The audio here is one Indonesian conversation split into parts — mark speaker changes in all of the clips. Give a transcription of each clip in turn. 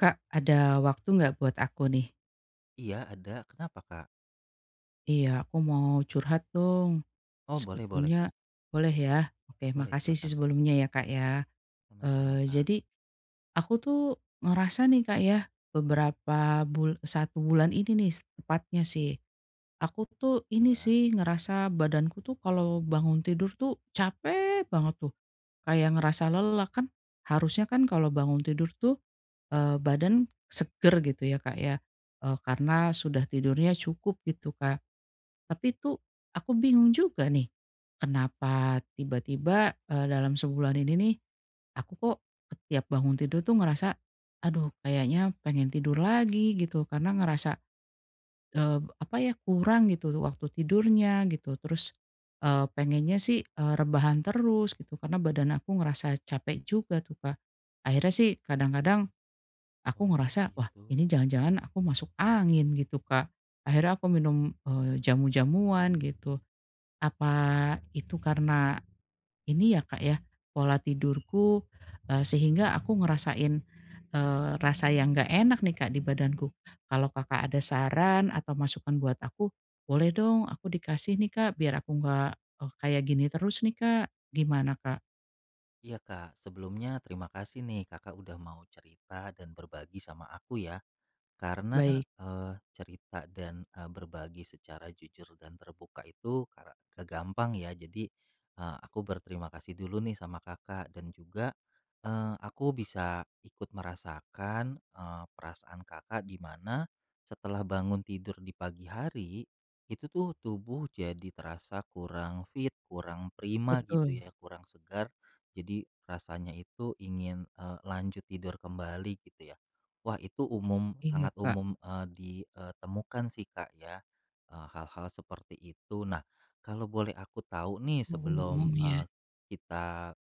Speaker 1: Kak, ada waktu nggak buat aku nih?
Speaker 2: Iya ada, kenapa Kak?
Speaker 1: Iya, aku mau curhat dong.
Speaker 2: Oh boleh boleh,
Speaker 1: Sebetulnya boleh ya? Oke,
Speaker 2: boleh
Speaker 1: makasih sih
Speaker 2: silakan.
Speaker 1: sebelumnya ya Kak ya.
Speaker 2: Sama-sama
Speaker 1: Eee,
Speaker 2: Kak,
Speaker 1: jadi aku tuh ngerasa nih Kak ya, beberapa satu bulan ini nih tepatnya sih, aku tuh ini
Speaker 2: iya.
Speaker 1: sih ngerasa badanku tuh kalau bangun tidur tuh capek banget tuh, kayak ngerasa lelah. Kan harusnya kan kalau bangun tidur tuh badan seger gitu ya, Kak, ya, karena sudah tidurnya cukup gitu, Kak. Tapi itu aku bingung juga nih, kenapa tiba-tiba, dalam sebulan ini nih aku kok setiap bangun tidur tuh ngerasa, aduh kayaknya pengen tidur lagi gitu karena ngerasa, apa ya, kurang gitu waktu tidurnya gitu. Terus, pengennya sih, rebahan terus gitu karena badan aku ngerasa capek juga tuh, Kak. Akhirnya sih kadang-kadang aku
Speaker 2: Oh
Speaker 1: ngerasa, "Wah, ini
Speaker 2: gitu.
Speaker 1: jangan-jangan aku masuk angin," gitu, Kak. Akhirnya aku minum, jamu-jamuan gitu. Apa itu karena ini ya, Kak, ya, pola tidurku, sehingga aku ngerasain, rasa yang nggak enak nih, Kak, di badanku. Kalau Kakak ada saran atau masukan buat aku, boleh dong aku dikasih nih, Kak, biar aku nggak, kayak gini terus nih, Kak. Gimana, Kak?
Speaker 2: Iya Kak, sebelumnya terima kasih nih Kakak udah mau cerita dan berbagi sama aku ya. Karena,
Speaker 1: Baik,
Speaker 2: Cerita dan, berbagi secara jujur dan terbuka itu kara gak gampang ya. Jadi, aku berterima kasih dulu nih sama Kakak dan juga, aku bisa ikut merasakan, perasaan Kakak di mana setelah bangun tidur di pagi hari, itu tuh tubuh jadi terasa kurang fit, kurang prima gitu
Speaker 1: betul.
Speaker 2: ya, kurang segar. Jadi rasanya itu ingin, lanjut tidur kembali gitu ya. Wah, itu umum,
Speaker 1: Iya,
Speaker 2: sangat
Speaker 1: Kak.
Speaker 2: umum, ditemukan sih, Kak, ya, hal-hal seperti itu. Nah, kalau boleh aku tahu nih sebelum,
Speaker 1: Umum ya.
Speaker 2: eee, kita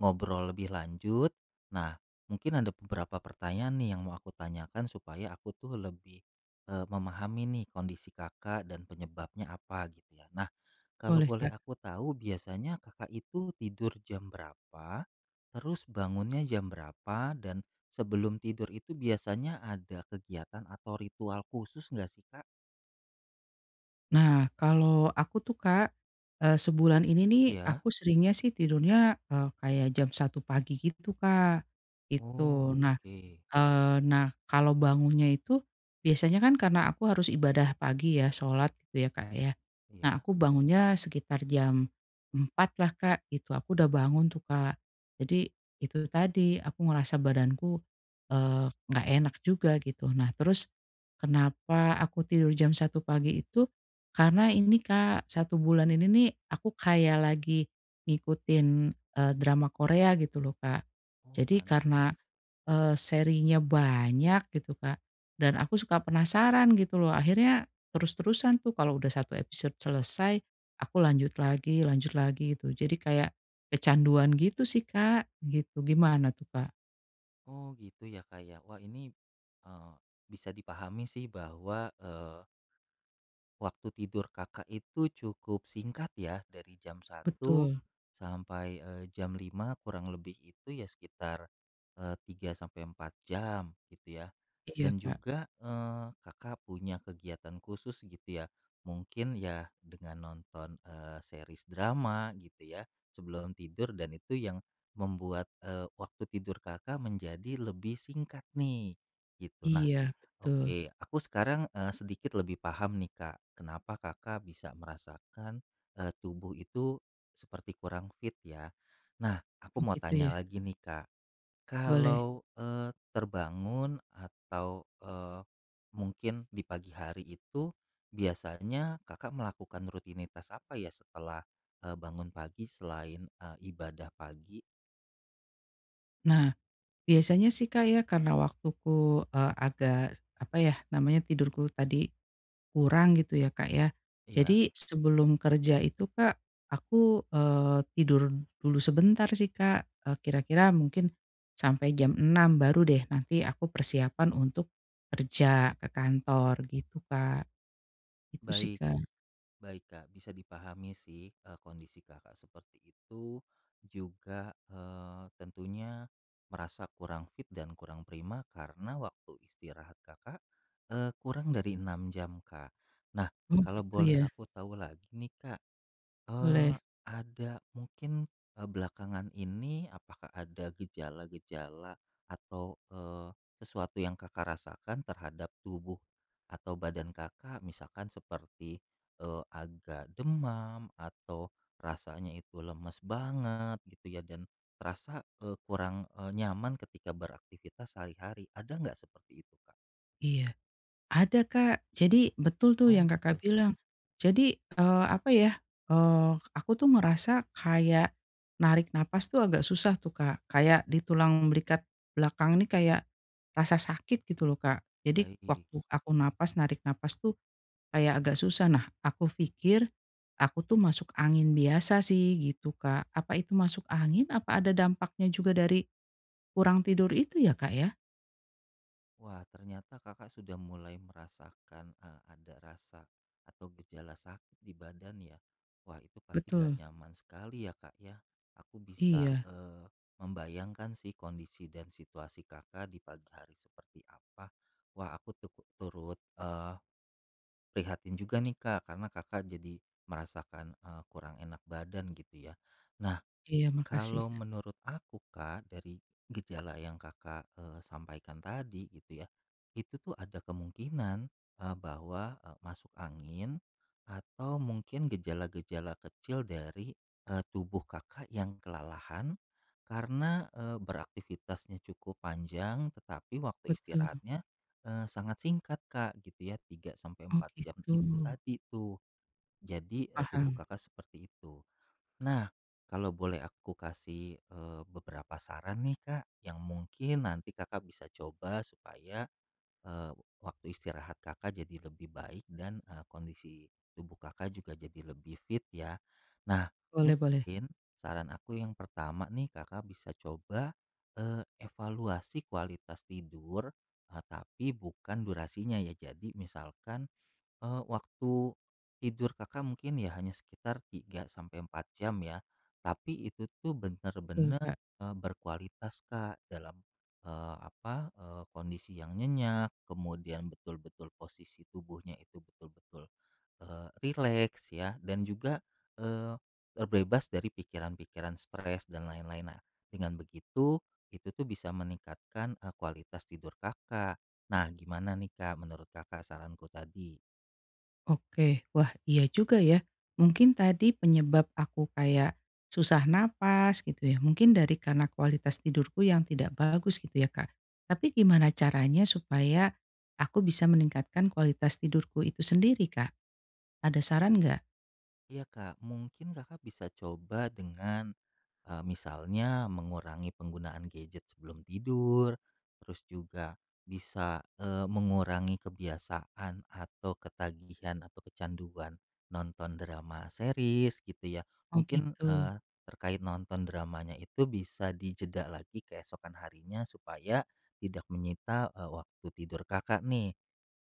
Speaker 2: ngobrol lebih lanjut. Nah, mungkin ada beberapa pertanyaan nih yang mau aku tanyakan supaya aku tuh lebih memahami nih kondisi kakak dan penyebabnya apa gitu ya. Nah, kalau
Speaker 1: Boleh,
Speaker 2: boleh
Speaker 1: Kak.
Speaker 2: aku tahu biasanya kakak itu tidur jam berapa, terus bangunnya jam berapa, dan sebelum tidur itu biasanya ada kegiatan atau ritual khusus nggak sih kak?
Speaker 1: Nah, kalau aku tuh Kak, sebulan ini nih
Speaker 2: Ya.
Speaker 1: aku seringnya sih tidurnya, kayak jam satu pagi gitu Kak, gitu.
Speaker 2: Oh,
Speaker 1: Nah
Speaker 2: oke.
Speaker 1: nah, kalau bangunnya itu, biasanya kan karena aku harus ibadah pagi ya, sholat gitu ya, Kak, ya. Nah
Speaker 2: Ya.
Speaker 1: aku bangunnya sekitar jam 4 lah, Kak, gitu. Aku udah bangun tuh, Kak. Jadi itu tadi, aku ngerasa badanku, nggak enak juga gitu. Nah terus kenapa aku tidur jam satu pagi itu, karena ini, Kak, satu bulan ini nih aku kayak lagi ngikutin, drama Korea gitu loh, Kak.
Speaker 2: Oh,
Speaker 1: Jadi karena
Speaker 2: pantes.
Speaker 1: Serinya banyak gitu, Kak, dan aku suka penasaran gitu loh. Akhirnya terus-terusan tuh kalau udah satu episode selesai, aku lanjut lagi gitu. Jadi kayak kecanduan gitu sih, Kak, gitu. Gimana tuh, Kak?
Speaker 2: Oh gitu ya Kak ya. Wah ini, eee, bisa dipahami sih bahwa, waktu tidur Kakak itu cukup singkat ya, dari jam satu
Speaker 1: Betul.
Speaker 2: sampai, jam 5 kurang lebih itu ya sekitar, 3 sampai 4 jam gitu ya.
Speaker 1: Iya,
Speaker 2: Dan
Speaker 1: Kak.
Speaker 2: juga, Kakak punya kegiatan khusus gitu ya, mungkin ya dengan nonton, series drama gitu ya sebelum tidur dan itu yang membuat, waktu tidur Kakak menjadi lebih singkat nih, gitu. Nah,
Speaker 1: Iya, betul.
Speaker 2: oke, aku sekarang sedikit lebih paham nih Kak, kenapa Kakak bisa merasakan tubuh itu seperti kurang fit ya. Nah, aku
Speaker 1: Oh,
Speaker 2: mau
Speaker 1: gitu
Speaker 2: tanya
Speaker 1: ya?
Speaker 2: lagi nih Kak,
Speaker 1: Boleh.
Speaker 2: kalau terbangun atau mungkin di pagi hari itu biasanya Kakak melakukan rutinitas apa ya setelah bangun pagi selain ibadah pagi
Speaker 1: Nah, biasanya sih, Kak, ya karena waktuku, agak, apa ya namanya, tidurku tadi kurang gitu ya, Kak, ya.
Speaker 2: ya?
Speaker 1: Jadi sebelum kerja itu, Kak, aku, tidur dulu sebentar sih, Kak, kira-kira mungkin sampai jam enam baru deh nanti aku persiapan untuk kerja ke kantor gitu, Kak. Itu sih,
Speaker 2: Baik.
Speaker 1: Kak.
Speaker 2: Baik Kak, bisa dipahami sih, kondisi Kakak seperti itu, juga, tentunya merasa kurang fit dan kurang prima karena waktu istirahat Kakak, kurang dari 6 jam Kak. Nah,
Speaker 1: Oh
Speaker 2: kalau
Speaker 1: gitu
Speaker 2: boleh
Speaker 1: ya?
Speaker 2: aku tahu lagi nih Kak, eh
Speaker 1: Boleh?
Speaker 2: ada mungkin, belakangan ini apakah ada gejala-gejala atau, sesuatu yang Kakak rasakan terhadap tubuh atau badan Kakak misalkan seperti, agak demam atau rasanya itu lemes banget gitu ya dan terasa, kurang, nyaman ketika beraktivitas sehari-hari, ada nggak seperti itu, Kak?
Speaker 1: Iya. Ada, Kak. Jadi betul tuh
Speaker 2: Oh
Speaker 1: yang Kakak
Speaker 2: gitu,
Speaker 1: bilang. Jadi, apa ya, aku tuh ngerasa kayak narik napas tuh agak susah tuh, Kak. Kayak di tulang belikat belakang nih kayak rasa sakit gitu loh, Kak. Jadi
Speaker 2: baik.
Speaker 1: waktu aku napas, narik napas tuh kayak agak susah. Nah, aku pikir aku tuh masuk angin biasa sih gitu, Kak. Apa itu masuk angin? Apa ada dampaknya juga dari kurang tidur itu ya, Kak, ya?
Speaker 2: Wah, ternyata Kakak sudah mulai merasakan, ada rasa atau gejala sakit di badan ya. Wah, itu pasti nggak
Speaker 1: Betul.
Speaker 2: nyaman sekali ya, Kak, ya. Aku bisa,
Speaker 1: Iya.
Speaker 2: membayangkan sih kondisi dan situasi Kakak di pagi hari seperti apa. Wah, aku tuku turut, prihatin juga nih, Kak, karena Kakak jadi merasakan, kurang enak badan gitu ya. Nah,
Speaker 1: Iya, makasih,
Speaker 2: kalau
Speaker 1: Kak.
Speaker 2: menurut aku Kak, dari gejala yang Kakak, sampaikan tadi gitu ya, itu tuh ada kemungkinan, bahwa masuk angin atau mungkin gejala-gejala kecil dari, tubuh Kakak yang kelelahan karena, beraktivitasnya cukup panjang tetapi waktu
Speaker 1: Betul.
Speaker 2: istirahatnya, sangat singkat Kak gitu ya 3 sampai
Speaker 1: Oh
Speaker 2: empat jam
Speaker 1: gitu,
Speaker 2: itu tadi tuh. Jadi, tubuh
Speaker 1: paham.
Speaker 2: Kakak seperti itu. Nah, kalau boleh aku kasih, beberapa saran nih, Kak, yang mungkin nanti Kakak bisa coba supaya, eee, waktu istirahat Kakak jadi lebih baik dan, kondisi tubuh Kakak juga jadi lebih fit ya. Nah,
Speaker 1: Boleh boleh.
Speaker 2: mungkin saran aku yang pertama nih, Kakak bisa coba, evaluasi kualitas tidur, tapi bukan durasinya ya. Jadi misalkan waktu tidur Kakak mungkin ya hanya sekitar 3 sampai 4 jam ya, tapi itu tuh
Speaker 1: Betul,
Speaker 2: bener-bener,
Speaker 1: Kak.
Speaker 2: berkualitas Kak dalam, apa, kondisi yang nyenyak, kemudian betul-betul posisi tubuhnya itu betul-betul, rileks ya dan juga, eee, terbebas dari pikiran-pikiran stres dan lain-lain. Nah, dengan begitu itu tuh bisa meningkatkan, kualitas tidur Kakak. Nah, gimana nih Kak menurut Kakak saranku tadi?
Speaker 1: Oke. Wah, iya juga ya. Mungkin tadi penyebab aku kayak susah napas gitu ya, mungkin dari karena kualitas tidurku yang tidak bagus gitu ya, Kak. Tapi gimana caranya supaya aku bisa meningkatkan kualitas tidurku itu sendiri, Kak? Ada saran nggak?
Speaker 2: Iya Kak, mungkin Kakak bisa coba dengan, misalnya mengurangi penggunaan gadget sebelum tidur, terus juga bisa, mengurangi kebiasaan atau ketagihan atau kecanduan nonton drama series gitu ya.
Speaker 1: Oh
Speaker 2: Mungkin,
Speaker 1: gitu,
Speaker 2: terkait nonton dramanya itu bisa dijeda lagi keesokan harinya supaya tidak menyita, waktu tidur Kakak nih.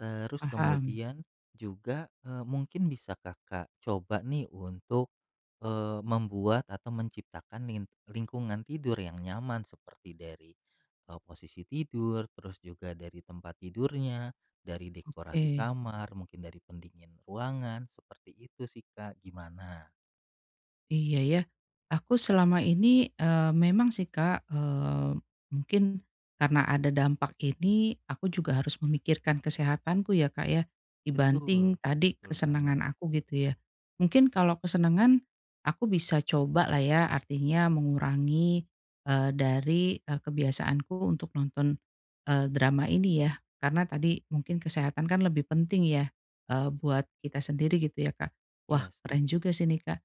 Speaker 2: Terus
Speaker 1: paham.
Speaker 2: kemudian juga, mungkin bisa Kakak coba nih untuk, membuat atau menciptakan lingkungan tidur yang nyaman seperti dari, posisi tidur, terus juga dari tempat tidurnya, dari dekorasi
Speaker 1: Oke.
Speaker 2: kamar, mungkin dari pendingin ruangan, seperti itu sih Kak, gimana?
Speaker 1: Iya ya. Aku selama ini, memang sih Kak, mungkin karena ada dampak ini, aku juga harus memikirkan kesehatanku ya Kak ya,
Speaker 2: Betul,
Speaker 1: dibanting tadi
Speaker 2: betul banget.
Speaker 1: kesenangan aku gitu ya. Mungkin kalau kesenangan, aku bisa coba lah ya, artinya mengurangi, kebiasaanku untuk nonton, drama ini ya. Karena tadi mungkin kesehatan kan lebih penting ya, buat kita sendiri gitu ya Kak.
Speaker 2: Iya
Speaker 1: Wah keren
Speaker 2: setuju
Speaker 1: juga
Speaker 2: Kak,
Speaker 1: sih nih Kak.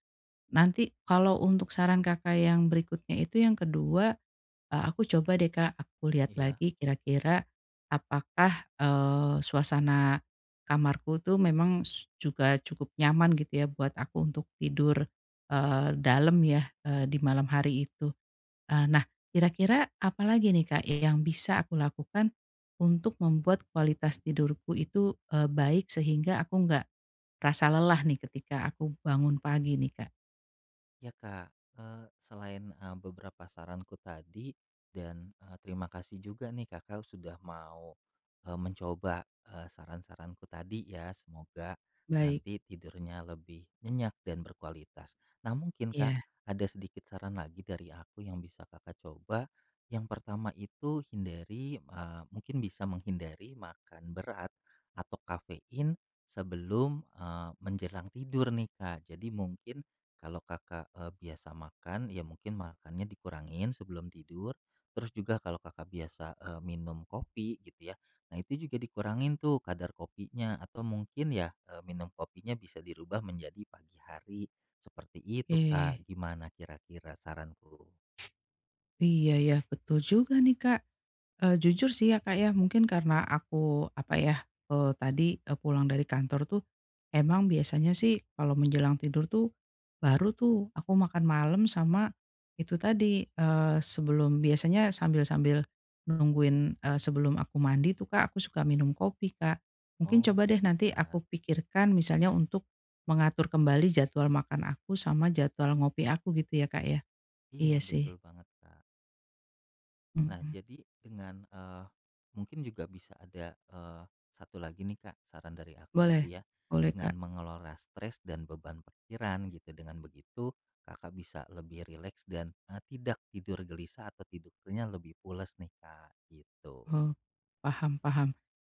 Speaker 1: Nanti kalau untuk saran Kakak yang berikutnya itu yang kedua 2 aku coba deh Kak, aku lihat
Speaker 2: iya.
Speaker 1: lagi kira-kira apakah, suasana kamarku tuh memang juga cukup nyaman gitu ya buat aku untuk tidur, dalam ya, di malam hari itu. Nah kira-kira apalagi nih Kak yang bisa aku lakukan untuk membuat kualitas tidurku itu, baik sehingga aku nggak rasa lelah nih ketika aku bangun pagi nih Kak?
Speaker 2: Ya Kak, selain, beberapa saranku tadi dan, terima kasih juga nih Kakak sudah mau, mencoba, saran-saranku tadi ya. Semoga
Speaker 1: Baik.
Speaker 2: nanti tidurnya lebih nyenyak dan berkualitas. Nah mungkin Kak,
Speaker 1: Iya,
Speaker 2: ada sedikit saran lagi dari aku yang bisa Kakak coba. Yang pertama itu hindari, mungkin bisa menghindari makan berat atau kafein sebelum, menjelang tidur nih Kak. Jadi mungkin kalau Kakak, biasa makan, ya mungkin makannya dikurangin sebelum tidur, terus juga kalau Kakak biasa, minum kopi gitu ya, nah itu juga dikurangin tuh kadar kopinya atau mungkin ya, minum kopinya bisa dirubah menjadi pagi hari, seperti itu Kak,
Speaker 1: oke.
Speaker 2: gimana kira-kira saranku?
Speaker 1: Iya ya, betul juga nih, Kak. Jujur sih ya, Kak, ya, mungkin karena aku, apa ya, pulang dari kantor tuh, emang biasanya sih kalau menjelang tidur tuh, baru tuh aku makan malam sama itu tadi, sebelum biasanya sambil-sambil nungguin, sebelum aku mandi tuh, Kak, aku suka minum kopi, Kak. Mungkin
Speaker 2: Oh
Speaker 1: coba deh nanti
Speaker 2: pantesan,
Speaker 1: aku pikirkan misalnya untuk mengatur kembali jadwal makan aku sama jadwal ngopi aku gitu ya, Kak, ya?
Speaker 2: iya
Speaker 1: Iya sih.
Speaker 2: betul banget Kak. Nah,
Speaker 1: Mhm,
Speaker 2: jadi dengan, mungkin juga bisa ada, satu lagi nih, Kak, saran dari aku gitu
Speaker 1: boleh
Speaker 2: ya.
Speaker 1: boleh,
Speaker 2: Dengan
Speaker 1: Kak.
Speaker 2: mengelola stres dan beban pikiran gitu, dengan begitu Kakak bisa lebih rileks dan, tidak tidur gelisah atau tidurnya lebih pules nih, Kak, gitu.
Speaker 1: Oh, paham paham.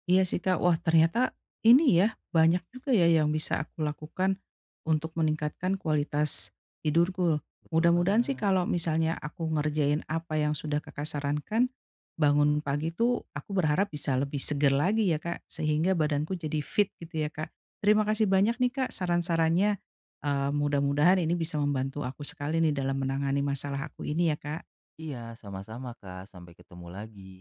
Speaker 1: Iya sih, Kak. Wah, ternyata ini ya, banyak juga ya yang bisa aku lakukan untuk meningkatkan kualitas tidurku.
Speaker 2: Betul
Speaker 1: Mudah-mudahan sih
Speaker 2: banget.
Speaker 1: kalau misalnya aku ngerjain apa yang sudah Kakak sarankan, bangun pagi tuh aku berharap bisa lebih seger lagi ya, Kak, sehingga badanku jadi fit gitu ya, Kak. Terima kasih banyak nih, Kak, saran-sarannya, mudah-mudahan ini bisa membantu aku sekali nih dalam menangani masalah aku ini ya, Kak.
Speaker 2: Iya, sama-sama, Kak, sampai ketemu lagi.